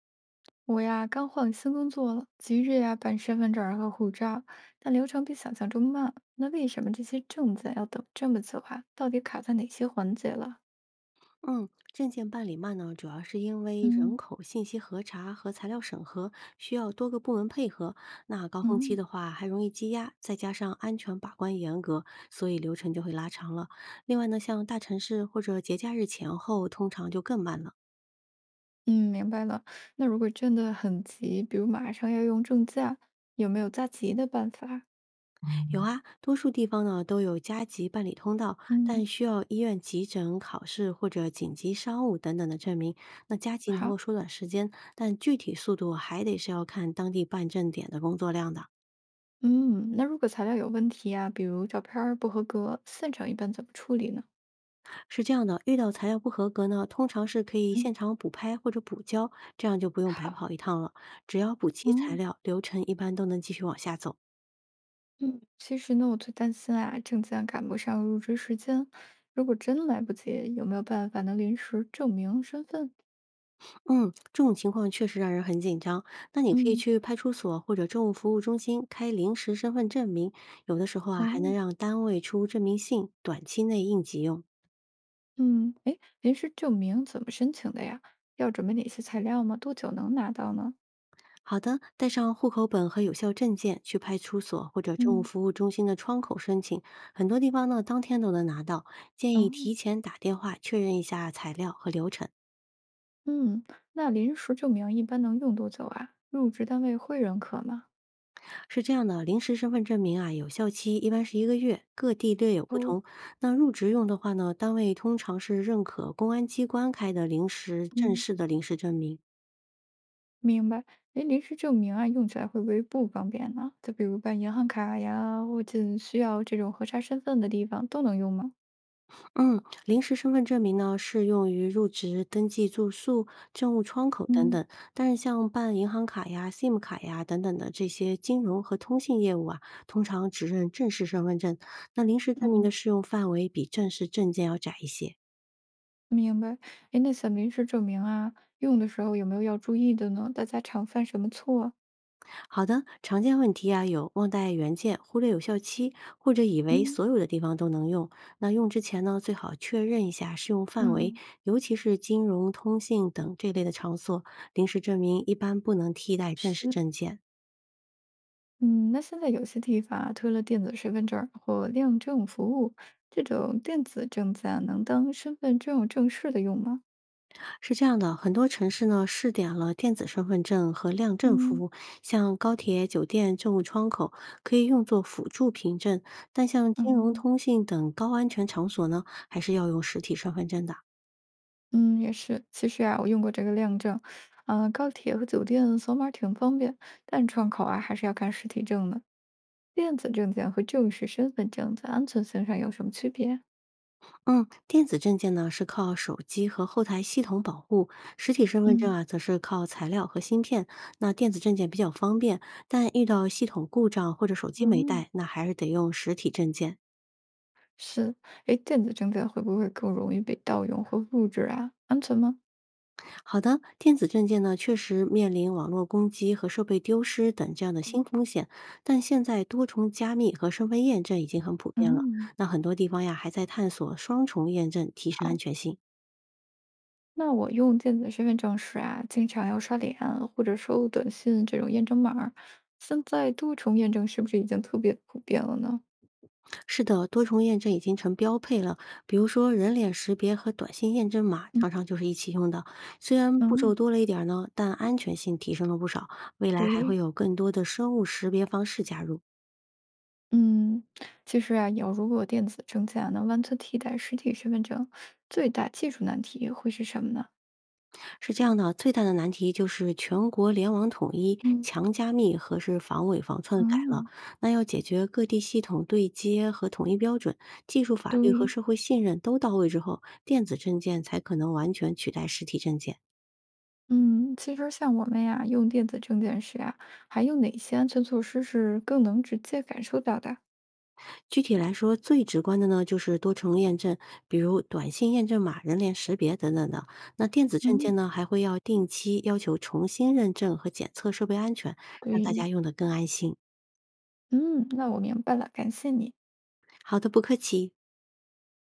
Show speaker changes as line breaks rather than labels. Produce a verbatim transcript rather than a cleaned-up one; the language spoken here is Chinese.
我呀，刚换新工作了，急着呀办身份证儿和护照，但流程比想象中慢。那为什么这些证件要等这么久啊？到底卡在哪些环节了？
嗯，证件办理慢呢，主要是因为人
嗯，
口信息核查和材料审核需要多个部门配合。那高峰期
嗯
的话，还容易积压，再加上安全把关严格，所以流程就会拉长了。另外呢，像大城市或者节假日前后，通常就更慢了。
嗯，明白了。那如果真的很急，比如马上要用证件，有没有加急的办法？
有啊，多数地方呢都有加急办理通道，但
嗯，
需要医院急诊、考试或者紧急商务等等的证明。那加急能够
好，
缩短时间，但具体速度还得是要看当地办证点的工作量的。
嗯，那如果材料有问题啊，比如照片儿不合格，现场一般怎么处理呢？
是这样的，遇到材料不合格呢，通常是可以
嗯，
现场补拍或者补交，这样就不用白
好，
跑一趟了。只要补齐材
嗯。
料，流程一般都能继续往下走。
嗯，其实呢，我最担心啊，证件赶不上入职时间，如果真来不及，有没有办法能临时证明身份？
嗯，这种情况确实让人很紧张。那你可以
嗯，
去派出所或者政务服务中心开临时身份证明，有的时候啊还能
哦，
让单位出证明信，短期内应急用。
嗯，哎，临时证明怎么申请的呀？要准备哪些材料吗？多久能拿到呢？
好的，带上户口本和有效证件去派出所或者政务
嗯。
服务中心的窗口申请，很多地方呢当天都能拿到。建
哦，
议提前打电话确认一下材料和流程。
嗯，那临时证明一般能用多久啊？入职单位会认可吗？
是这样的，临时身份证明啊，有效期一般是一个月，各地略有不
哦，
同。那入职用的话呢，单位通常是认可公安机关开的临时正
嗯。
式的临时证明。
明白，哎，临时证明啊，用起来会不会不方便呢？就比如办银行卡呀，或者需要这种核查身份的地方都能用吗？
嗯，临时身份证明呢，适用于入职、登记住宿、政务窗口等
嗯
等。但是像办银行卡呀、S I M 卡呀等等的这些金融和通信业务啊，通常只认正式身份证。那临时证明的
嗯，
适用范围比正式证件要窄一些。
明白。哎，那像临时证明啊，用的时候有没有要注意的呢？大家常犯什么错啊？
好的，常见问题啊有忘带原件、忽略有效期，或者以为
嗯，
所有的地方都能用。那用之前呢，最好确认一下适用
那
范围，尤其是金融、通信等这类的场所，临时证明一般不能替代正式
是，
证件。
嗯，那现在有些地方啊，推了电子身份证儿或亮证服务，这种电子证件能当身份证正式的用吗？
是这样的，很多城市呢试点了电子身份证和亮证服
嗯
务，像高铁、酒店、政务窗口可以用作辅助凭证，但像金融、
嗯。
通信等高安全场所呢，还是要用实体身份证的。
嗯，也是。其实啊，我用过这个亮证，嗯、高铁和酒店扫码儿挺方便，但窗口啊还是要看实体证的。电子证件和正式身份证在安全性上有什么区别？
嗯，电子证件呢是靠手机和后台系统保护，实体身份证
嗯，
啊则是靠材料和芯片。那电子证件比较方便，但遇到系统故障或者手机没
嗯，
带，那还是得用实体证件。
是。哎，电子证件会不会更容易被盗用或复制啊？安全吗？
好的，电子证件呢确实面临网络攻击和设备丢失等这样的新风险，但现在多重加密和身份验证已经很普遍了。
嗯，
那很多地方呀还在探索双重验证，提升安
好，
全性。
那我用电子身份证时啊，经常要刷脸或者收短信这种验证码儿现在多重验证是不是已经特别普遍了呢？
是的，多重验证已经成标配了。比如说，人脸识别和短信验证码常常就是一起用的。虽然步骤
嗯。
多了一点儿呢，但安全性提升了不少。未来还会
对，
有更多的生物识别方式加入。
嗯，其实啊，有如果电子证件啊能完全替代实体身份证，最大技术难题会是什么呢？
是这样的，最大的难题就是全国联网统一、
嗯，
强加密和是防伪防篡改了。
嗯，
那要解决各地系统对接和统一标准、技术法律和
对，
社会信任都到位之后，电子证件才可能完全取代实体证件。
嗯，其实像我们呀，用电子证件时啊，还有哪些安全措施是更能直接感受到的？
具体来说，最直观的呢，就是多重验证，比如短信验证码、人脸识别等等的。那电子证件
嗯，
呢，还会要定期要求重新认证和检测设备安全，让大
对，
家用得更安心。
嗯，那我明白了，感谢你。
好的，不客气。